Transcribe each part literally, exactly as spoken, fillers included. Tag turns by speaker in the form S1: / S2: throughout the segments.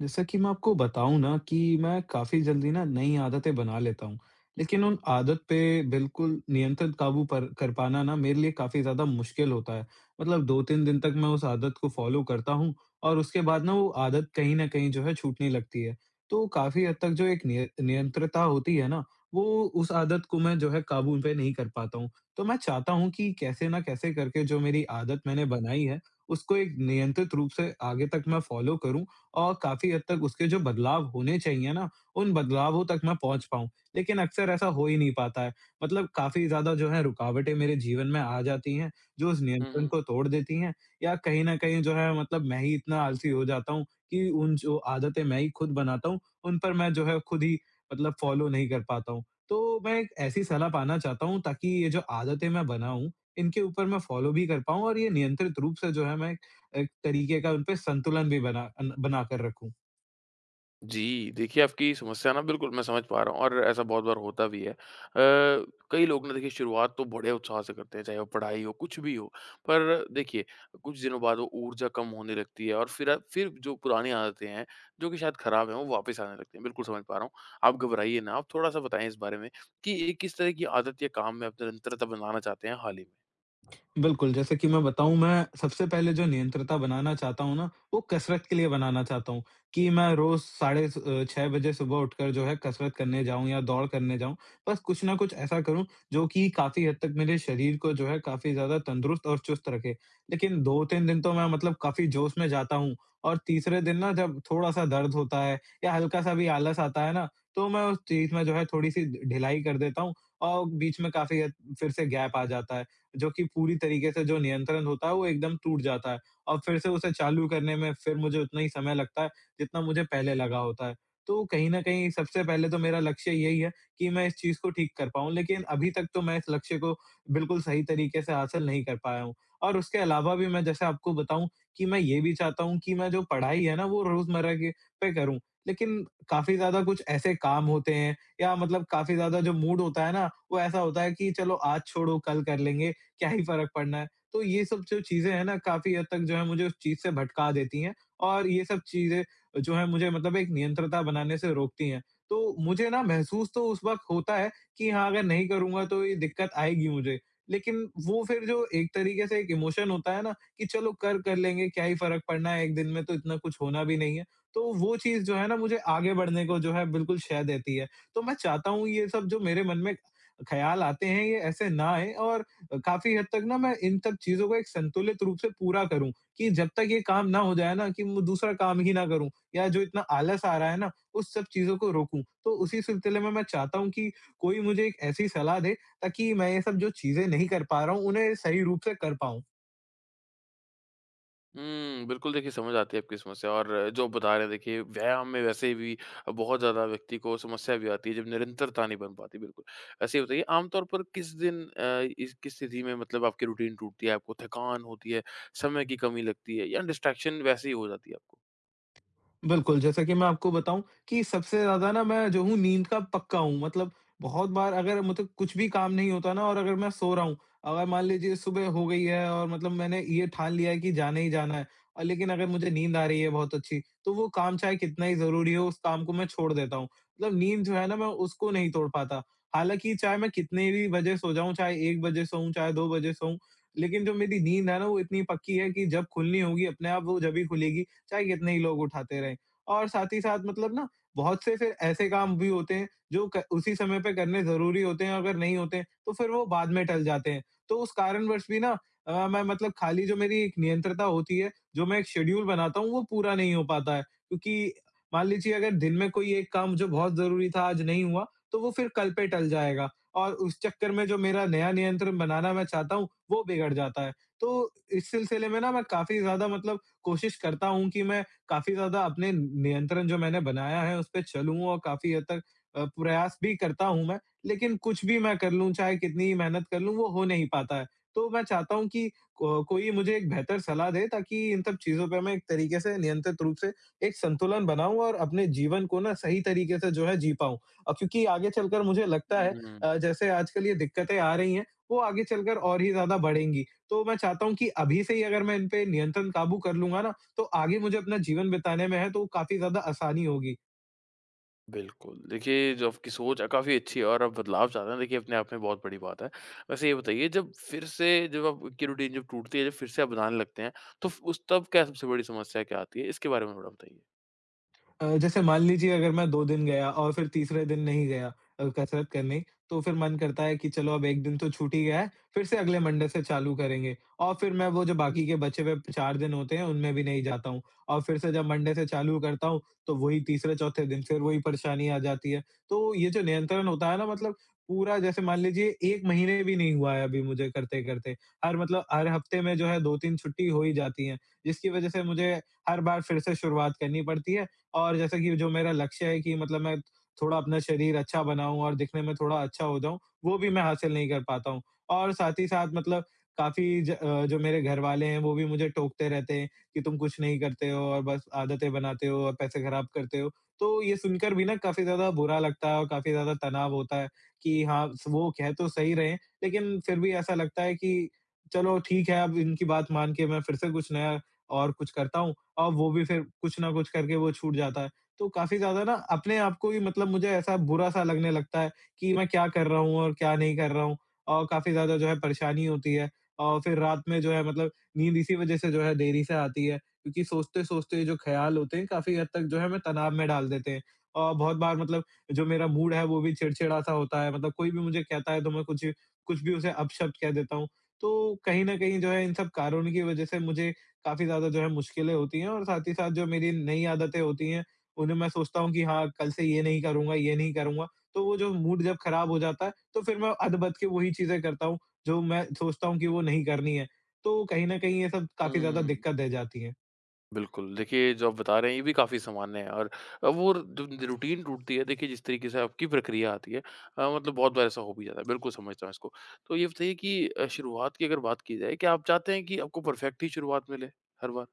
S1: जैसा कि मैं आपको बताऊँ ना कि मैं काफ़ी जल्दी ना नई आदतें बना लेता हूँ, लेकिन उन आदत पे बिल्कुल नियंत्रित काबू पर कर पाना ना मेरे लिए काफ़ी ज़्यादा मुश्किल होता है। मतलब दो तीन दिन तक मैं उस आदत को फ़ॉलो करता हूँ और उसके बाद ना वो आदत कहीं न कहीं जो है छूटने लगती है। तो काफ़ी हद तक जो एक निय नियंत्रता होती है ना, वो उस आदत को मैं जो है काबू पे नहीं कर पाता हूँ। तो मैं चाहता हूँ कि कैसे ना कैसे करके जो मेरी आदत मैंने बनाई है, उसको एक नियंत्रित रूप से आगे तक मैं फ़ॉलो करूँ और काफ़ी हद तक उसके जो बदलाव होने चाहिए ना, उन बदलावों तक मैं पहुँच पाऊँ। लेकिन अक्सर ऐसा हो ही नहीं पाता है। मतलब काफ़ी ज़्यादा जो है रुकावटें मेरे जीवन में आ जाती हैं, जो उस
S2: हुँ,
S1: नियंत्रण
S2: हुँ।
S1: को तोड़ देती हैं या कहीं न कहीं जो है मतलब मैं ही इतना आलसी हो जाता हूँ कि उन जो आदतें मैं ही खुद बनाता हूँ, उन पर मैं जो है खुद ही मतलब फ़ॉलो नहीं कर पाता हूँ। तो मैं एक ऐसी सलाह पाना चाहता हूँ ताकि ये जो आदतें मैं बनाऊँ, इनके ऊपर मैं फ़ॉलो भी कर पाऊँ और ये नियंत्रित रूप से जो है मैं एक तरीके का उनपे संतुलन भी बना अन बनाकर रखूँ।
S2: जी, देखिए आपकी समस्या ना बिल्कुल मैं समझ पा रहा हूँ और ऐसा बहुत बार होता भी है। अ, कई लोग ना देखिए शुरुआत तो बड़े उत्साह से करते हैं, चाहे वो पढ़ाई हो, कुछ भी हो। पर देखिए कुछ दिनों बाद वो ऊर्जा कम होने लगती है और फिर अ, फिर जो पुरानी आदतें हैं, जो कि शायद खराब हैं, वो वापस आने लगती हैं। बिल्कुल समझ पा रहा हूँ। आप घबराइए ना, आप थोड़ा-सा बताएँ इस बारे में कि ये किस तरह की आदत या काम में आप निरंतरता बनाना चाहते हैं हाल ही में?
S1: बिल्कुल, जैसे कि मैं बताऊँ मैं सबसे पहले जो नियंत्रता बनाना चाहता हूँ ना, वो कसरत के लिए बनाना चाहता हूँ, कि मैं रोज़ साढ़े स अ, छह बजे सुबह उठकर जो है कसरत करने जाऊँ या दौड़ करने जाऊँ। बस कुछ न कुछ ऐसा करूँ जो कि काफ़ी हद तक मेरे शरीर को जो है काफ़ी ज़्यादा तंदुरुस्त और चुस्त रखे। लेकिन दो तीन दिन तो मैं मतलब काफ़ी जोश में जाता हूँ और तीसरे दिन ना जब थोड़ा-सा दर्द होता है या हल्का-सा भी आलस आता है ना, तो मैं उस चीज़ में जो है थोड़ी-सी ढिलाई कर देता हूँ और बीच में काफ़ी हद फिर से गैप आ जाता है। जो कि पूरी तरीके से जो नियंत्रण होता है वो एकदम टूट जाता है और फिर से उसे चालू करने में फिर मुझे उतना ही समय लगता है जितना मुझे पहले लगा होता है। तो कहीं न कहीं सबसे पहले तो मेरा लक्ष्य यही है कि मैं इस चीज़ को ठीक कर पाऊँ, लेकिन अभी तक तो मैं इस लक्ष्य को बिल्कुल सही तरीके से हासिल नहीं कर पाया हूँ। और उसके अलावा भी मैं जैसे आपको बताऊँ कि मैं ये भी चाहता हूँ कि मैं जो पढ़ाई है ना वो रोज़मर्रा के पे करूँ, लेकिन काफ़ी ज़्यादा कुछ ऐसे काम होते हैं या मतलब काफ़ी ज़्यादा जो मूड होता है ना, वो ऐसा होता है कि चलो आज छोड़ो कल कर लेंगे, क्या ही फ़र्क पड़ना है। तो ये सब जो चीज़ें हैं ना काफ़ी हद तक जो है मुझे उस चीज़ से भटका देती हैं और ये सब चीज़ें जो है मुझे मतलब एक नियंत्रता बनाने से रोकती हैं। तो मुझे ना महसूस तो उस वक़्त होता है कि हाँ, अगर नहीं करूँगा तो ये दिक्कत आएगी मुझे। लेकिन वो फिर जो एक तरीके से एक इमोशन होता है ना कि चलो कर, कर लेंगे क्या ही फ़र्क पड़ना है, एक दिन में तो इतना कुछ होना भी नहीं है। तो वो चीज़ जो है ना मुझे आगे बढ़ने को जो है बिल्कुल शह देती है। तो मैं चाहता हूँ ये सब जो मेरे मन में ख़्याल आते हैं ये ऐसे ना आएँ और अ, काफ़ी हद तक ना मैं इन सब चीज़ों को एक संतुलित रूप से पूरा करूँ, कि जब तक ये काम ना हो जाए ना कि मैं दूसरा काम ही ना करूँ या जो इतना आलस आ रहा है ना, उस सब चीज़ों को रोकूँ। तो उसी सिलसिले में मैं चाहता हूँ कि कोई मुझे एक ऐसी सलाह दे ताकि मैं ये सब जो चीज़ें नहीं कर पा रहा हूँ, उन्हें सही रूप से कर पाऊँ।
S2: हुँ, बिल्कुल देखिए समझ आती है आपकी समस्या, और जो बता रहे हैं देखिए व्यायाम में वैसे भी बहुत ज़्यादा व्यक्ति को समस्या भी आती है जब निरंतरता नहीं बन पाती, बिल्कुल। वैसे ये बताइए, आम तौर पर किस दिन अ, इस किस स्थिति में मतलब आपकी रूटीन टूटती है, आपको थकान होती है, समय की कमी लगती है, या डिस्ट्रैक्शन वैसे ही हो जाती है आपको?
S1: बिल्कुल, जैसा कि मैं आपको बताऊँ कि सबसे ज़्यादा ना मैं जो हूँ नींद का पक्का हूँ। मतलब बहुत बार अगर मतलब कुछ भी काम नहीं होता ना और अगर मैं सो रहा हूँ, अगर मान लीजिए सुबह हो गई है और मतलब मैंने ये ठान लिया है कि जाना ही जाना है और लेकिन अगर मुझे नींद आ रही है बहुत अच्छी, तो वो काम चाहे कितना ही ज़रूरी हो, उस काम को मैं छोड़ देता हूँ। मतलब नींद जो है ना मैं उसको नहीं तोड़ पाता। हालाँकि चाहे मैं कितने भी बजे सो जाऊँ, चाहे एक बजे सोऊँ, चाहे दो बजे सोऊँ, लेकिन जो मेरी नींद है ना वो इतनी पक्की है कि जब खुलनी होगी अपने आप वो जब ही खुलेगी, चाहे कितने ही लोग उठाते रहें। और साथ ही साथ मतलब ना बहुत से फिर ऐसे काम भी होते हैं जो क उसी समय पे करने ज़रूरी होते हैं, अगर नहीं होते हैं, तो फिर वो बाद में टल जाते हैं। तो उस कारणवश भी ना अ, मैं मतलब खाली जो मेरी एक नियंत्रता होती है, जो मैं एक शेड्यूल बनाता हूँ, वो पूरा नहीं हो पाता है। क्योंकि मान लीजिए अगर दिन में कोई एक काम जो बहुत ज़रूरी था, आज नहीं हुआ, तो वो फिर कल पे टल जाएगा और उस चक्कर में जो मेरा नया नियंत्रण बनाना मैं चाहता हूँ, वो बिगड़ जाता है। तो इस सिलसिले में ना मैं काफ़ी ज़्यादा मतलब कोशिश करता हूँ कि मैं काफ़ी ज़्यादा अपने नियंत्रण जो मैंने बनाया है, उस पे चलूँ और काफ़ी हद तक अ, प्रयास भी करता हूँ मैं। लेकिन कुछ भी मैं कर लूँ, चाहे कितनी ही मेहनत कर लूँ, वो हो नहीं पाता है। तो मैं चाहता हूँ कि को कोई मुझे एक बेहतर सलाह दे ताकि इन सब चीज़ों पे मैं एक तरीके से नियंत्रित रूप से एक संतुलन बनाऊँ और अपने जीवन को ना सही तरीके से जो है जी पाऊँ। अ, क्योंकि आगे चलकर मुझे लगता है अ, जैसे आजकल ये दिक्कतें आ रही हैं, वो आगे चलकर और ही ज़्यादा बढ़ेंगी। तो मैं चाहता हूँ कि अभी से ही अगर मैं इन पे नियंत्रण काबू कर लूँगा ना, तो आगे मुझे अपना जीवन बिताने में है तो काफ़ी ज़्यादा आसानी होगी।
S2: बिल्कुल। देखिए, जो आपकी सोच है काफ़ी अच्छी है, और आप बदलाव चाह रहे हैं देखिए, अपने आप में बहुत बड़ी बात है। वैसे ये बताइए, जब फिर से जब आपकी रूटीन जब टूटती है, जब फिर से आप बनाने लगते हैं, तो फ उस तब क्या, सबसे बड़ी समस्या क्या आती है? इसके बारे में थोड़ा बताइए।
S1: अ, जैसे मान लीजिए अगर मैं दो दिन गया और फिर तीसरे दिन नहीं गया अ, कसरत करने, तो फिर मन करता है कि चलो अब एक दिन तो छूट ही गया है, फिर से अगले मंडे से चालू करेंगे और फिर मैं वो जो बाकी के बचे हुए चार दिन होते हैं, उनमें भी नहीं जाता हूँ और फिर से जब मंडे से चालू करता हूँ, तो वही तीसरे-चौथे दिन फिर वही परेशानी आ जाती है। तो ये जो नियंत्रण होता है ना मतलब पूरा जैसे मान लीजिए एक महीने भी नहीं हुआ है अभी मुझे करते-करते। हर मतलब हर हफ्ते में जो है दो तीन छुट्टी हो ही जाती हैं, जिसकी वजह से मुझे हर बार फिर से शुरुआत करनी पड़ती है और जैसा कि जो मेरा लक्ष्य है कि मतलब मैं थोड़ा अपना शरीर अच्छा बनाऊँ और दिखने में थोड़ा अच्छा हो जाऊँ, वो भी मैं हासिल नहीं कर पाता हूँ। और साथ ही साथ मतलब काफ़ी ज अ, जो मेरे घरवाले हैं, वो भी मुझे टोकते रहते हैं कि तुम कुछ नहीं करते हो और बस आदतें बनाते हो और पैसे खराब करते हो। तो ये सुनकर भी ना काफ़ी ज़्यादा बुरा लगता है और काफ़ी ज़्यादा तनाव होता है कि हाँ, स वो कह तो सही रहे हैं, लेकिन फिर भी ऐसा लगता है कि चलो ठीक है, अब इनकी बात मान के मैं फिर से कुछ नया और कुछ करता हूँ। और वो भी फिर कुछ ना कुछ करके वो छूट जाता है। तो काफ़ी ज़्यादा ना अपने आप को ही मतलब मुझे ऐसा बुरा-सा लगने लगता है कि मैं क्या कर रहा हूँ और क्या नहीं कर रहा हूँ और काफ़ी ज़्यादा जो है परेशानी होती है और फिर रात में जो है मतलब नींद इसी वज़ह से जो है देरी से आती है क्योंकि सोचते-सोचते जो ख़्याल होते हैं काफ़ी हद तक जो है हमें तनाव में डाल देते हैं। और बहुत बार मतलब जो मेरा मूड है वो भी चिड़चिड़ा-सा होता है मतलब कोई भी मुझे कहता है तो मैं कुछ कुछ भी उसे अपशब्द कह देता हूँ। तो कहीं न कहीं जो है इन सब कारणों की वज़ह से मुझे काफ़ी ज़्यादा जो है मुश्किलें होती हैं और साथ ही साथ जो मेरी नई आदतें होती हैं, उन्हें मैं सोचता हूँ कि हाँ, कल से ये नहीं करूँगा, ये नहीं करूँगा। तो वो जो मूड जब खराब हो जाता है, तो फिर मैं अदबद के वही चीज़ें करता हूँ, जो मैं सोचता हूँ कि वो नहीं करनी है। तो कहीं न कहीं ये सब काफ़ी ज़्यादा
S2: हुँ।
S1: दिक्कत दे जाती है।
S2: बिल्कुल। देखिए, जो आप बता रहे हैं ये भी काफ़ी सामान्य है, और वो जो रूटीन टूटती है देखिए, जिस तरीके से आपकी प्रक्रिया आती है, अ, मतलब बहुत बार ऐसा हो भी जाता है। बिल्कुल समझता हूँ इसको। तो ये बताइए कि अ, शुरुआत की अगर बात की जाए, क्या आप चाहते हैं कि आपको परफेक्ट ही शुरुआत मिले हर बार?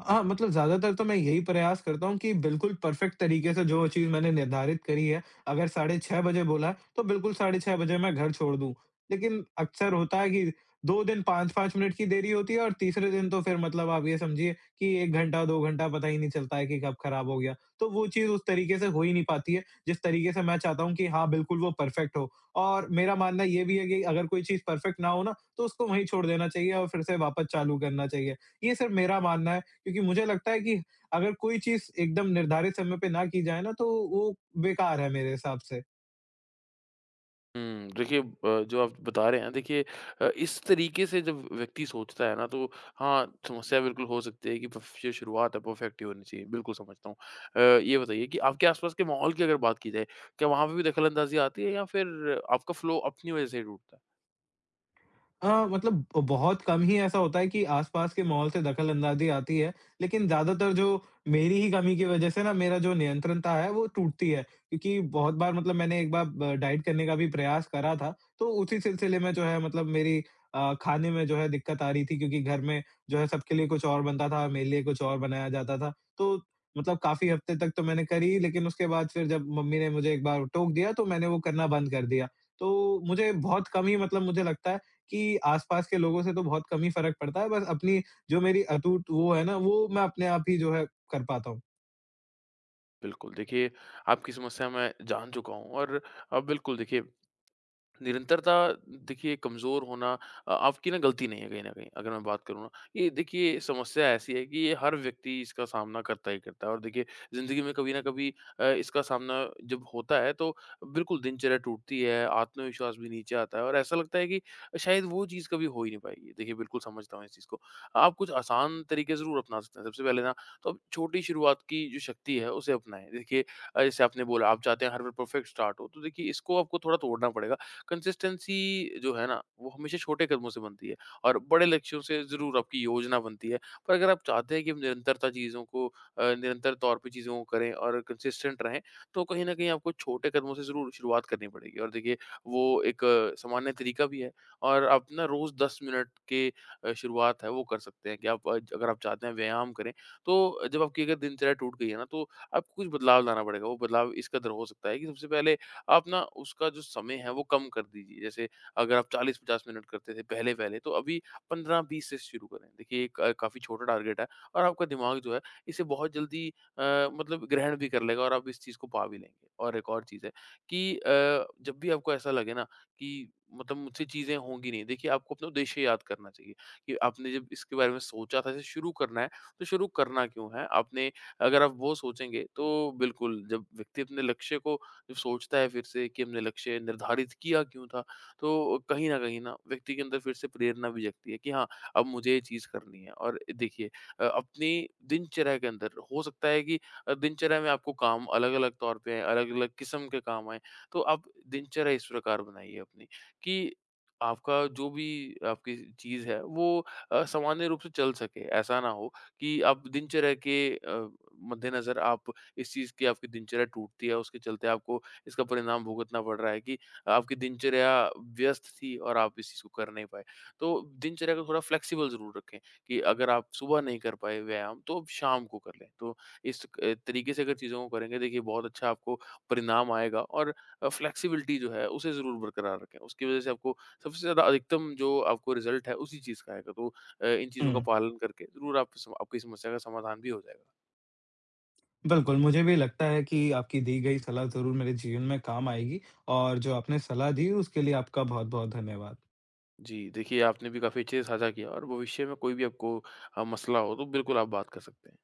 S1: हाँ, मतलब ज़्यादातर तो मैं यही प्रयास करता हूँ कि बिल्कुल परफ़ेक्ट तरीके से जो चीज़ मैंने निर्धारित करी है, अगर साढ़े छह बजे बोला है, तो बिल्कुल साढ़े छह बजे मैं घर छोड़ दूँ। लेकिन अक्सर होता है कि दो दिन पाँच पाँच मिनट की देरी होती है और तीसरे दिन तो फिर मतलब आप ये समझिए कि एक घंटा, दो घंटा पता ही नहीं चलता है कि कब ख़राब हो गया। तो वो चीज़ उस तरीके से हो ही नहीं पाती है, जिस तरीके से मैं चाहता हूँ कि हाँ, बिल्कुल वो परफ़ेक्ट हो। और मेरा मानना ये भी है कि अगर कोई चीज़ परफ़ेक्ट ना हो ना, तो उसको वहीं छोड़ देना चाहिए और फिर से वापस चालू करना चाहिए। ये सिर्फ़ मेरा मानना है। क्योंकि मुझे लगता है कि अगर कोई चीज़ एकदम निर्धारित समय पे ना की जाए ना, तो वो बेकार है मेरे हिसाब से।
S2: हुँ, देखिए, अ, जो आप बता रहे हैं देखिए, अ, इस तरीके से जब व्यक्ति सोचता है ना, तो हाँ, समस्या बिल्कुल हो सकती है कि पफ जो शुरुआत है परफेक्ट ही होनी चाहिए, बिल्कुल समझता हूँ। अ, ये बताइए कि आपके आस-पास के माहौल की अगर बात की जाए, क्या वहाँ पे भी दखल-अंदाज़ी आती है, या फिर आपका फ्लो अपनी वजह से ही टूटता है?
S1: हाँ, मतलब बहुत कम ही ऐसा होता है कि आसपास के माहौल से दखल-अंदाज़ी आती है, लेकिन ज़्यादातर जो मेरी ही कमी की वज़ह से ना मेरा जो नियंत्रणता है वो टूटती है। क्योंकि बहुत बार मतलब मैंने एक बार ब डाइट करने का भी प्रयास करा था, तो उसी सिलसिले में जो है मतलब मेरी अ, खाने में जो है दिक्कत आ रही थी क्योंकि घर में जो है सबके लिए कुछ और बनता था, मेरे लिए कुछ और बनाया जाता था। तो मतलब काफ़ी हफ्ते तक तो मैंने करी लेकिन उसके बाद फिर जब मम्मी ने मुझे एक बार टोक दिया तो मैंने वो करना बंद कर दिया। तो मुझे बहुत कम ही मतलब मुझे लगता है कि आस-पास के लोगों से तो बहुत कम ही फ़र्क पड़ता है, बस अपनी जो मेरी अटूट वो है ना, वो मैं अपने आप ही जो है कर पाता हूँ।
S2: बिल्कुल, देखिए, आपकी समस्या मैं जान चुका हूँ। और अब बिल्कुल देखिए, निरंतरता देखिए कमज़ोर होना, अ, आपकी ना गलती नहीं है कहीं न कहीं, अगर मैं बात करूँ ना, ये देखिए समस्या ऐसी है कि ये हर व्यक्ति इसका सामना करता ही करता है। और देखिए, ज़िंदगी में कभी न कभी अ, इसका सामना जब होता है, तो बिल्कुल दिनचर्या टूटती है, आत्मविश्वास भी नीचे आता है, और ऐसा लगता है कि शायद वो चीज़ कभी हो ही नहीं पाएगी। देखिए, बिल्कुल समझता हूँ इस चीज़ को। आप कुछ आसान तरीके ज़रूर अपना सकते हैं। सबसे पहले ना, तो आप छोटी शुरुआत की जो शक्ति है उसे अपनाएँ। देखिए, अ, जैसे आपने बोला, आप चाहते हैं हर बार परफेक्ट स्टार्ट हो, तो देखिए इसको आपको थोड़ा तोड़ना पड़ेगा। कंसिस्टेंसी जो है ना, वो हमेशा छोटे कदमों से बनती है, और बड़े लक्ष्यों से ज़रूर आपकी योजना बनती है। पर अगर आप चाहते हैं कि निरंतरता चीज़ों को, अ, निरंतर तौर पे चीज़ों को करें और कंसिस्टेंट रहें, तो कहीं न कहीं आपको छोटे कदमों से ज़रूर शुरुआत करनी पड़ेगी। और देखिए, वो एक अ, सामान्य तरीका भी है। और आप ना रोज़ दस मिनट के अ, शुरुआत है, वो कर सकते हैं कि आप, अ, अगर आप चाहते हैं व्यायाम करें, तो जब आपकी अगर दिनचर्या टूट गई है ना, तो आपको कुछ बदलाव लाना पड़ेगा। वो बदलाव इस कदर हो सकता है कि सबसे पहले आप ना उसका जो समय है वो कम कर दीजिए। जैसे, अगर आप चालीस पचास मिनट करते थे पहले-पहले, तो अभी पंद्रह बीस से शुरू करें। देखिए, ये क काफ़ी छोटा टारगेट है, और आपका दिमाग जो है इसे बहुत जल्दी अ, मतलब ग्रहण भी कर लेगा, और आप इस चीज़ को पा भी लेंगे। और एक और चीज़ है कि अ, जब भी आपको ऐसा लगे ना कि मतलब मुझसे चीज़ें होंगी नहीं, देखिए, आपको अपना उद्देश्य याद करना चाहिए कि आपने जब इसके बारे में सोचा था, इसे शुरू करना है, तो शुरू करना क्यों है? आपने, अगर आप वो सोचेंगे तो बिल्कुल, जब व्यक्ति अपने लक्ष्य को जब सोचता है फिर से कि हमने लक्ष्य निर्धारित किया क्यों था, तो कहीं न कहीं ना व्यक्ति के अंदर फिर से प्रेरणा भी जगती है कि हाँ, अब मुझे ये चीज़ करनी है। और देखिए, अ, अपनी दिनचर्या के अंदर हो सकता है कि अ, दिनचर्या में आपको काम अलग-अलग तौर पे आएँ, अलग-अलग किस्म के काम आएँ। तो आप दिनचर्या इस प्रकार बनाइए अपनी कि आपका जो भी आपकी चीज़ है वो अ, सामान्य रूप से चल सके। ऐसा ना हो कि आप दिनचर्या के अ, मद्देनज़र, आप इस चीज़ की आपकी दिनचर्या टूटती है, उसके चलते आपको इसका परिणाम भुगतना पड़ रहा है कि आपकी दिनचर्या व्यस्त थी और आप इस चीज़ को कर नहीं पाए। तो दिनचर्या को थोड़ा फ्लेक्सिबल ज़रूर रखें, कि अगर आप सुबह नहीं कर पाए व्यायाम, तो आप शाम को कर लें। तो इस अ, तरीके से अगर चीज़ों को करेंगे, देखिए, बहुत अच्छा आपको परिणाम आएगा। और अ, फ्लेक्सिबिलिटी जो है, उसे ज़रूर बरकरार रखें। उसकी वज़ह से आपको सबसे ज़्यादा, अधिकतम जो आपको रिज़ल्ट है उसी चीज़ का आएगा। तो अ, इन चीज़ों
S1: हुँ।
S2: का पालन करके ज़रूर आप, सम आपकी समस्या का समाधान भी हो जाएगा।
S1: बिल्कुल, मुझे भी लगता है कि आपकी दी गई सलाह ज़रूर मेरे जीवन में काम आएगी और जो आपने सलाह दी उसके लिए आपका बहुत-बहुत धन्यवाद।
S2: जी, देखिए, आपने भी काफ़ी अच्छे से साझा किया, और भविष्य में कोई भी आपको अ, मसला हो तो बिल्कुल आप बात कर सकते हैं।